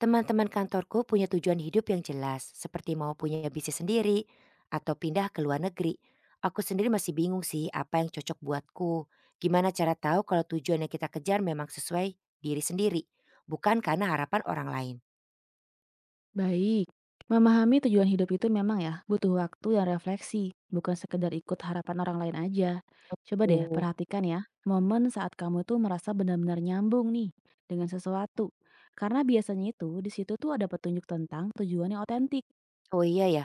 Teman-teman kantorku punya tujuan hidup yang jelas, seperti mau punya bisnis sendiri atau pindah ke luar negeri. Aku sendiri masih bingung sih apa yang cocok buatku. Gimana cara tahu kalau tujuan yang kita kejar memang sesuai diri sendiri, bukan karena harapan orang lain. Baik, memahami tujuan hidup itu memang ya butuh waktu yang refleksi, bukan sekedar ikut harapan orang lain aja. Coba deh Oh. perhatikan ya, momen saat kamu tuh merasa benar-benar nyambung nih dengan sesuatu. Karena biasanya itu di situ tuh ada petunjuk tentang tujuan yang otentik. Oh iya ya,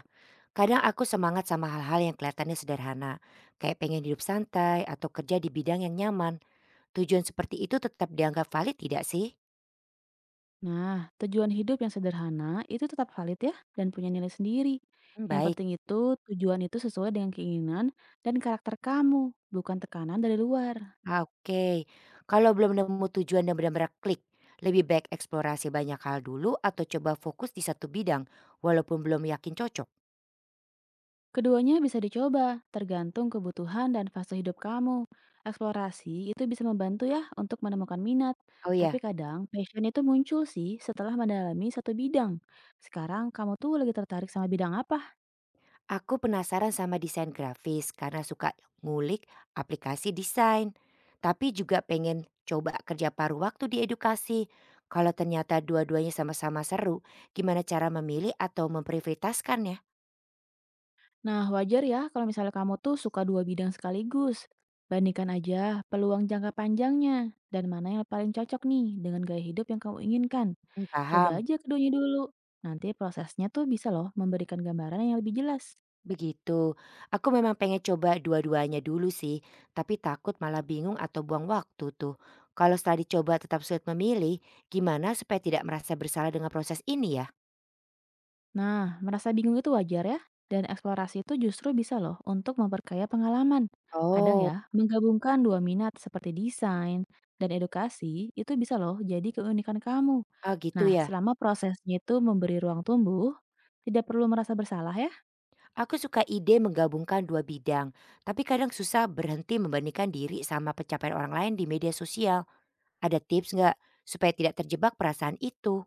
kadang aku semangat sama hal-hal yang kelihatannya sederhana, kayak pengen hidup santai atau kerja di bidang yang nyaman. Tujuan seperti itu tetap dianggap valid tidak sih? Nah, tujuan hidup yang sederhana itu tetap valid ya dan punya nilai sendiri. Hmm, Yang baik. penting itu tujuan itu sesuai dengan keinginan dan karakter kamu, bukan tekanan dari luar. Ah, oke, kalau belum nemu tujuan yang benar-benar klik, lebih baik eksplorasi banyak hal dulu atau coba fokus di satu bidang walaupun belum yakin cocok? Keduanya bisa dicoba, tergantung kebutuhan dan fase hidup kamu. Eksplorasi itu bisa membantu ya untuk menemukan minat, Oh tapi ya, kadang passion itu muncul sih setelah mendalami satu bidang. Sekarang kamu tuh lagi tertarik sama bidang apa? aku penasaran sama desain grafis karena suka ngulik aplikasi desain. Tapi juga pengen coba kerja paruh waktu di edukasi. Kalau ternyata dua-duanya sama-sama seru, gimana cara memilih atau memprioritaskannya? Nah, wajar ya kalau misalnya kamu tuh suka dua bidang sekaligus. Bandingkan aja peluang jangka panjangnya dan mana yang paling cocok nih dengan gaya hidup yang kamu inginkan. Hmm, Coba paham. aja keduanya dulu. Nanti prosesnya tuh bisa loh memberikan gambaran yang lebih jelas. Begitu. Aku memang pengen coba dua-duanya dulu sih, tapi takut malah bingung atau buang waktu tuh. Kalau setelah dicoba tetap sulit memilih, gimana supaya tidak merasa bersalah dengan proses ini ya? Nah, merasa bingung itu wajar ya, dan eksplorasi itu justru bisa loh untuk memperkaya pengalaman. Kadang Oh, ya, menggabungkan dua minat seperti desain dan edukasi itu bisa loh jadi keunikan kamu. ah gitu Nah, ya. selama prosesnya itu memberi ruang tumbuh, tidak perlu merasa bersalah ya. Aku suka ide menggabungkan dua bidang, tapi kadang susah berhenti membandingkan diri sama pencapaian orang lain di media sosial. Ada tips nggak supaya tidak terjebak perasaan itu?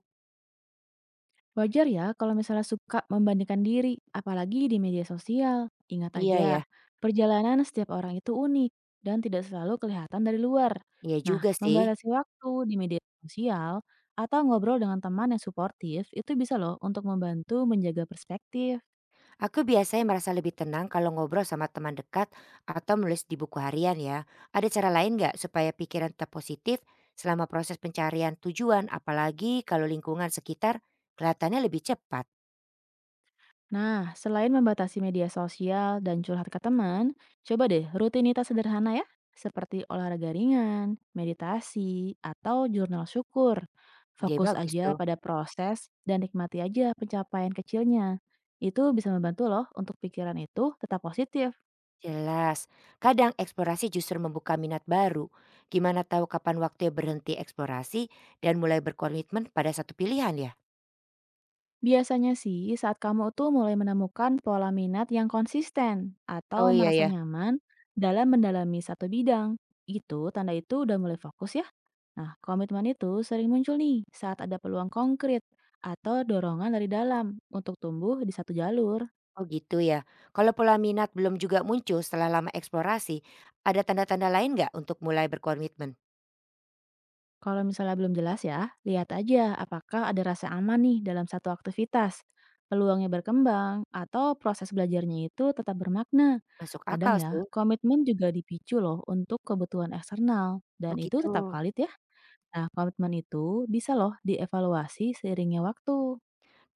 Wajar ya kalau misalnya suka membandingkan diri, apalagi di media sosial. Ingat Iya ya, aja, perjalanan setiap orang itu unik dan tidak selalu kelihatan dari luar. iya Nah, juga sih. membatasi waktu di media sosial atau ngobrol dengan teman yang suportif itu bisa loh untuk membantu menjaga perspektif. Aku biasanya merasa lebih tenang kalau ngobrol sama teman dekat atau menulis di buku harian ya. Ada cara lain nggak supaya pikiran tetap positif selama proses pencarian tujuan, apalagi kalau lingkungan sekitar kelihatannya lebih cepat? Nah, selain membatasi media sosial dan curhat ke teman, coba deh rutinitas sederhana ya, seperti olahraga ringan, meditasi, atau jurnal syukur. Ide Fokus bagus aja tuh. pada proses dan nikmati aja pencapaian kecilnya. Itu bisa membantu loh untuk pikiran itu tetap positif. Jelas. Kadang eksplorasi justru membuka minat baru. Gimana tahu kapan waktunya berhenti eksplorasi dan mulai berkomitmen pada satu pilihan ya? Biasanya sih saat kamu tuh mulai menemukan pola minat yang konsisten atau Oh iya merasa ya. nyaman dalam mendalami satu bidang, itu tanda itu udah mulai fokus ya. Nah, komitmen itu sering muncul nih saat ada peluang konkret atau dorongan dari dalam untuk tumbuh di satu jalur. Oh gitu ya. Kalau pola minat belum juga muncul setelah lama eksplorasi, ada tanda-tanda lain nggak untuk mulai berkomitmen? Kalau misalnya belum jelas ya, lihat aja apakah ada rasa aman nih dalam satu aktivitas. Peluangnya berkembang atau proses belajarnya itu tetap bermakna. Masuk Kadang akal ya, sih. komitmen juga dipicu loh untuk kebutuhan eksternal Oh dan itu tetap gitu. valid ya. Nah, komitmen itu bisa loh dievaluasi seiringnya waktu.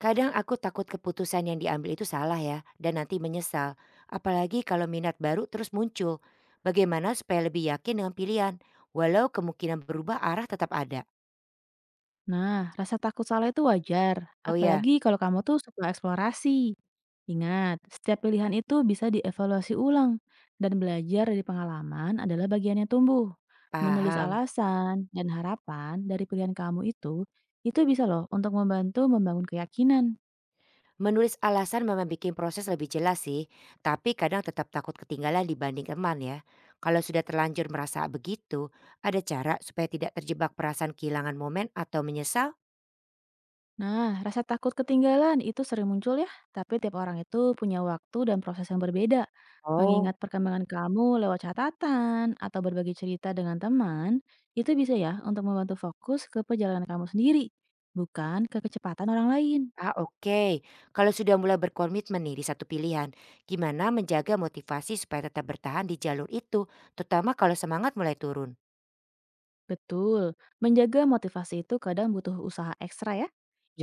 Kadang aku takut keputusan yang diambil itu salah ya, dan nanti menyesal. Apalagi kalau minat baru terus muncul. Bagaimana supaya lebih yakin dengan pilihan, walau kemungkinan berubah arah tetap ada. Nah, rasa takut salah itu wajar, Oh ya, apalagi kalau kamu tuh suka eksplorasi. Ingat, setiap pilihan itu bisa dievaluasi ulang, dan belajar dari pengalaman adalah bagian yang tumbuh. Menulis paham. alasan dan harapan dari pilihan kamu itu bisa loh untuk membantu membangun keyakinan. Menulis alasan memang bikin proses lebih jelas sih, tapi kadang tetap takut ketinggalan dibanding teman ya. Kalau sudah terlanjur merasa begitu, ada cara supaya tidak terjebak perasaan kehilangan momen atau menyesal? Nah, rasa takut ketinggalan itu sering muncul ya, tapi tiap orang itu punya waktu dan proses yang berbeda. Oh, Mengingat perkembangan kamu lewat catatan atau berbagi cerita dengan teman, itu bisa ya untuk membantu fokus ke perjalanan kamu sendiri, bukan ke kecepatan orang lain. ah oke. Kalau sudah mulai berkomitmen nih di satu pilihan, gimana menjaga motivasi supaya tetap bertahan di jalur itu, terutama kalau semangat mulai turun? Betul, menjaga motivasi itu kadang butuh usaha ekstra ya.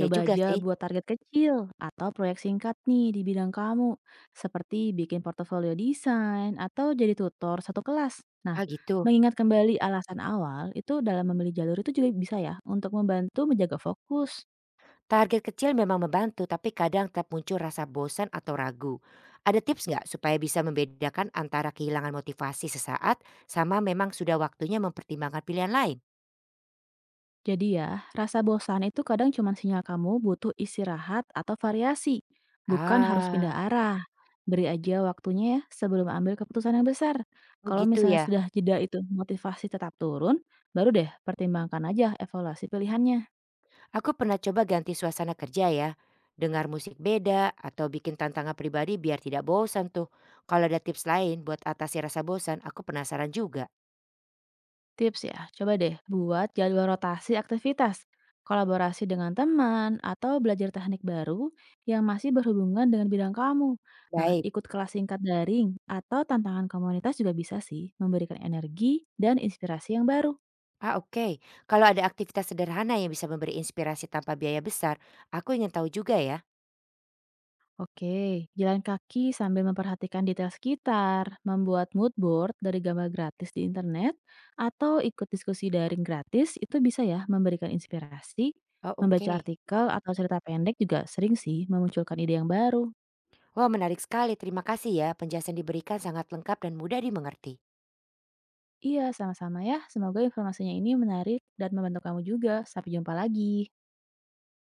Ya juga aja sih. buat target kecil atau proyek singkat nih di bidang kamu, seperti bikin portofolio desain atau jadi tutor satu kelas. Nah, Ah gitu. mengingat kembali alasan awal itu dalam memilih jalur itu juga bisa ya untuk membantu menjaga fokus. Target kecil memang membantu, tapi kadang tetap muncul rasa bosan atau ragu. Ada tips nggak supaya bisa membedakan antara kehilangan motivasi sesaat sama memang sudah waktunya mempertimbangkan pilihan lain? Jadi ya, rasa bosan itu kadang cuma sinyal kamu butuh istirahat atau variasi, bukan harus pindah Ah, arah. Beri aja waktunya ya sebelum ambil keputusan yang besar. oh Kalau gitu misalnya ya. sudah jeda itu motivasi tetap turun, baru deh pertimbangkan aja evaluasi pilihannya. Aku pernah coba ganti suasana kerja ya. Dengar musik beda atau bikin tantangan pribadi biar tidak bosan tuh. Kalau ada tips lain buat atasi rasa bosan, aku penasaran juga. Tips ya, coba deh buat jadwal rotasi aktivitas, kolaborasi dengan teman, atau belajar teknik baru yang masih berhubungan dengan bidang kamu. Nah, Baik. ikut kelas singkat daring atau tantangan komunitas juga bisa sih memberikan energi dan inspirasi yang baru. Ah oke, kalau ada aktivitas sederhana yang bisa memberi inspirasi tanpa biaya besar, aku ingin tahu juga ya. Oke, jalan kaki sambil memperhatikan detail sekitar, membuat mood board dari gambar gratis di internet, atau ikut diskusi daring gratis itu bisa ya memberikan inspirasi. Oh, Membaca oke. artikel atau cerita pendek juga sering sih memunculkan ide yang baru. Wah, menarik sekali. Terima kasih ya. Penjelasan diberikan sangat lengkap dan mudah dimengerti. Iya, sama-sama ya. Semoga informasinya ini menarik dan membantu kamu juga. Sampai jumpa lagi.